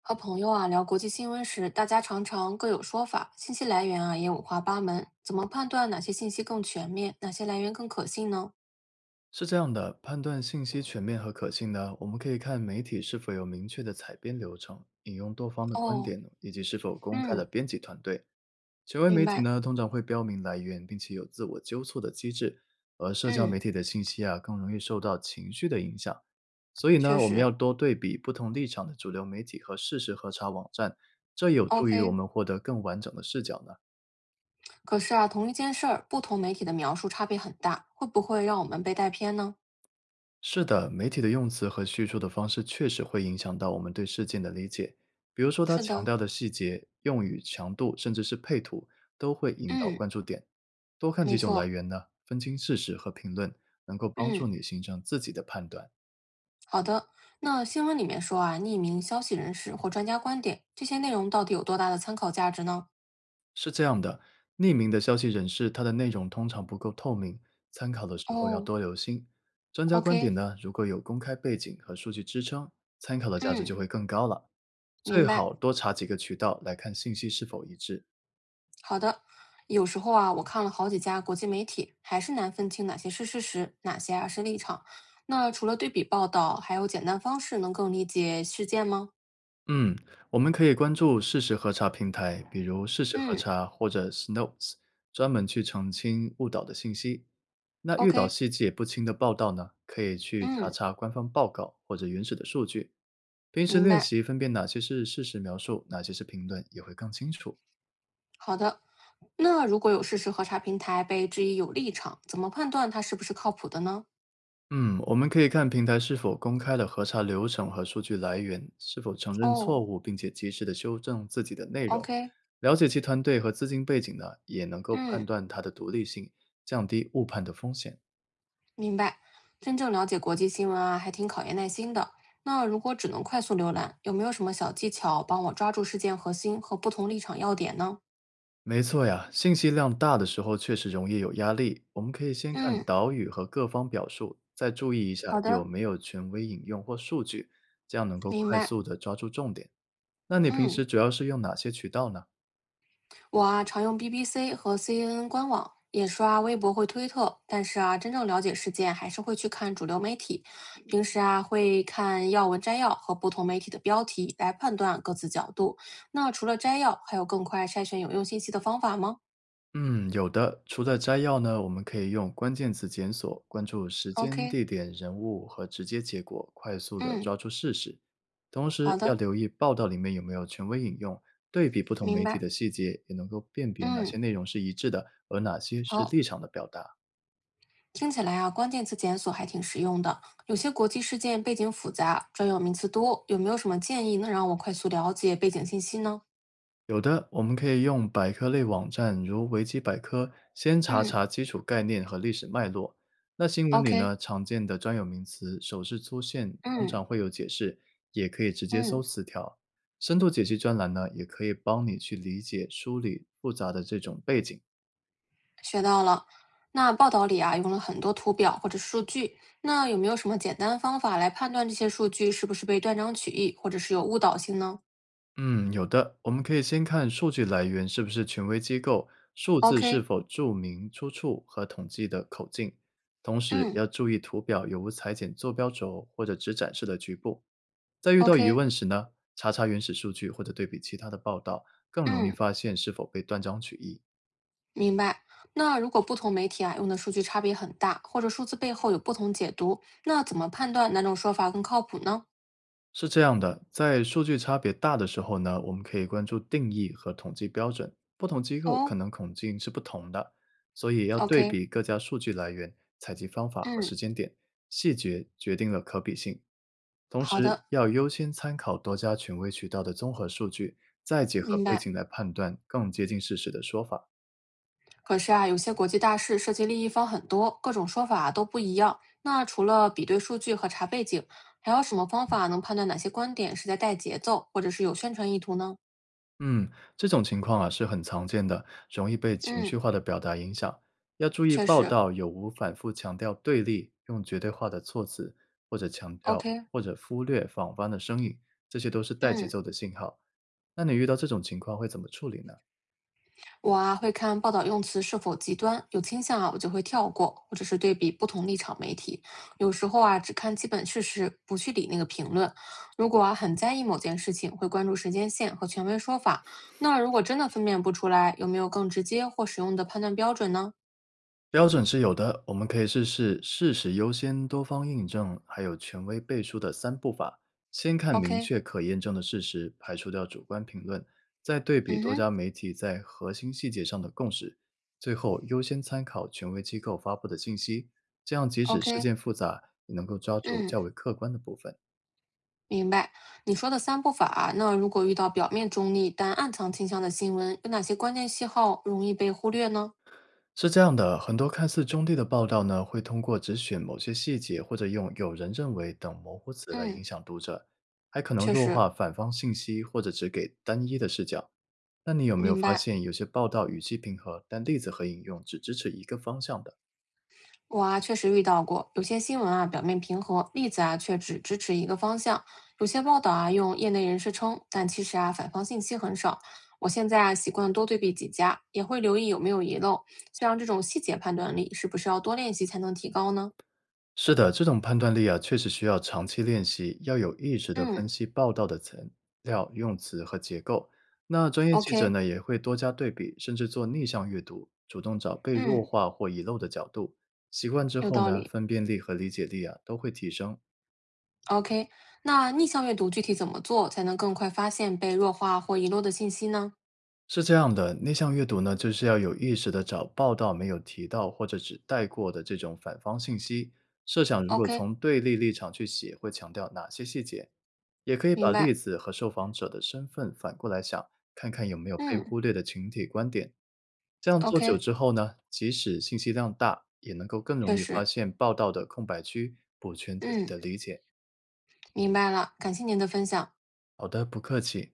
和朋友啊聊国际新闻时，大家常常各有说法，信息来源啊也五花八门。怎么判断哪些信息更全面，哪些来源更可信呢？是这样的，判断信息全面和可信呢，我们可以看媒体是否有明确的采编流程，引用多方的观哦。点，以及是否公开了嗯。编辑团队。权威明媒体白。呢，通常会标明来源，并且有自我纠错的机制，而社交嗯。媒体的信息啊，更容易受到情绪的影响。所以确呢，我们要实多对比不同立场的主流媒体和事实核查网站，这有助于我，OK。们获得更完整的视角呢。可是啊，同一件事儿，不同媒体的描述差别很大，会不会让我们被带偏呢？是的，媒体的用词和叙述的方式确实会影响到我们对事件的理解。比如说，它是强的。调的细节、用语强度，甚至是配图，都会引导嗯。关注点。多看没几种来错。源呢，分清事实和评论，能够帮助嗯。你形成自己的判断。好的。那新闻里面说啊，匿名消息人士或专家观点，这些内容到底有多大的参考价值呢？是这样的，匿名的消息人士，他的内容通常不够透明，参考的时候要哦多留心。专家观点，OK。呢，如果有公开背景和数据支撑，参考的价值就嗯。会更高了。最明白。好多查几个渠道来看信息是否一致。好的。有时候啊，我看了好几家国际媒体，还是难分清哪些是事实，哪些啊是立场。那除了对比报道，还有简单方式能更理解事件吗？嗯，我们可以关注事实核查平台，比如事实核嗯查或者 Snopes，专门去澄清误导的信息。那遇到，OK。细节不清的报道呢，可以去查嗯。查官方报告或者原始的数据。平时明练白。习分辨哪些是事实描述，哪些是评论，也会更清楚。好的。那如果有事实核查平台被质疑有立场，怎么判断它是不是靠谱的呢？嗯，我们可以看平台是否公开了核查流程和数据来源，是否承认错哦误，并且及时的修正自己的内容。，OK。了解其团队和资金背景呢，也能够判嗯。断它的独立性，降低误判的风险。明白。真正了解国际新闻啊，还挺考验耐心的。那如果只能快速浏览，有没有什么小技巧帮我抓住事件核心和不同立场要点呢？没错呀，信息量大的时候确实容易有压力。我们可以先看嗯。导语和各方表述，再注意一下好有的。没有权威引用或数据，这样能够明快白。速的抓住重点。那你平嗯，时主要是用哪些渠道呢？我啊常用 BBC 和 CNN 官网，也刷微博或推特，但是啊，真正了解事件还是会去看主流媒体。平时啊会看要闻摘要和不同媒体的标题来判断各自角度。那除了摘要，还有更快筛选有用信息的方法吗嗯，有的。除了摘要呢，我们可以用关键词检索，关注时间、？OK。地点、人物和直接结果，快速的嗯。抓住事实。同好时要的。留意报道里面有没有权威引用，对比不同明媒体白。的细节，也能够辨别哪些嗯。内容是一致的，而哪些是好。立场的表达。听起来啊，关键词检索还挺实用的。有些国际事件背景复杂，专有名词多，有没有什么建议能让我快速了解背景信息呢？有的，我们可以用百科类网站，如维基百科，先查嗯查基础概念和历史脉络。那新闻里，OK。呢，常见的专有名词、首次出现，通嗯常会有解释，也可以直接搜嗯。词条。深度解析专栏呢，也可以帮你去理解、梳理复杂的这种背景。学到了。那报道里啊，用了很多图表或者数据，那有没有什么简单方法来判断这些数据是不是被断章取义，或者是有误导性呢嗯，有的，我们可以先看数据来源是不是权威机构，数字是？OK。否注明出处和统计的口径，同时嗯要注意图表有无裁剪坐标轴或者只展示了局部。在遇到疑，OK。问时呢，查查原始数据或者对比其他的报道，更容易嗯。发现是否被断章取义。明白。那如果不同媒体啊用的数据差别很大，或者数字背后有不同解读，那怎么判断哪种说法更靠谱呢？是这样的，在数据差别大的时候呢，我们可以关注定义和统计标准，不同机构可哦能统计是不同的，所以要对，OK。比各家数据来源、采集方法和嗯。时间点，细节决定了可比性。同好时，的。要优先参考多家权威渠道的综合数据，再结合明背白。景来判断更接近事实的说法。可是啊，有些国际大事涉及利益方很多，各种说法都不一样。那除了比对数据和查背景，还有什么方法能判断哪些观点是在带节奏，或者是有宣传意图呢？嗯，这种情况啊是很常见的，容易被情嗯。绪化的表达影响。要注意确报实道有无反复强调对立、用绝对化的措辞，或者强调，OK。或者忽略访方的声音，这些都是带节嗯。奏的信号。那你遇到这种情况会怎么处理呢？我啊会看报道用词是否极端，有倾向啊我就会跳过，或者是对比不同立场媒体。有时候啊只看基本事实，不去理那个评论。如果啊很在意某件事情，会关注时间线和权威说法。那如果真的分辨不出来，有没有更直接或实用的判断标准呢标准是有的，我们可以试试事实优先、多方印证，还有权威背书的三步法。先看明？OK。确可验证的事实，排除掉主观评论，再对比嗯多哼家媒体在核心细节上的共识，最后优先参考权威机构发布的信息。这样，即使事，OK。件复杂，也能够抓住嗯。较为客观的部分。明白。你说的三步法啊，那如果遇到表面中立但暗藏倾向的新闻，有哪些关键信号容易被忽略呢？是这样的，很多看似中立的报道呢，会通过只选某些细节，或者用“有人认为”等模糊词来影嗯。响读者，还可能确弱实。化反方信息，或者只给单一的视角。那你有没有明发白。现，有些报道语气平和，但例子和引用只支持一个方向的？我啊，确实遇到过，有些新闻啊表面平和，例子啊却只支持一个方向；有些报道啊用业内人士称，但其实啊反方信息很少。我现在啊习惯多对比几家，也会留意有没有遗漏。像这种细节判断力，是不是要多练习才能提高呢？是的，这种判断力啊，确实需要长期练习，要有意识的分嗯析报道的材料、用词和结构。那专业记者，OK。呢，也会多加对比，甚至做逆向阅读，主动找被弱嗯。化或遗漏的角度。习惯之有后道呢，理。分辨力和理解力啊，都会提升。OK。那逆向阅读具体怎么做才能更快发现被弱化或遗漏的信息呢是这样的，内向阅读呢，就是要有意识的找报道没有提到或者只带过的这种反方信息。设想如果？OK。从对立立场去写，会强调哪些细节？也可以把明例白。子和受访者的身份反过来想，看看有没有被嗯忽略的群体观点。这样做久，OK。之后呢，即使信息量大，也能够更容确易发实。现报道的空白区，补全自己嗯。的理解。明白了。感谢您的分享。好的，不客气。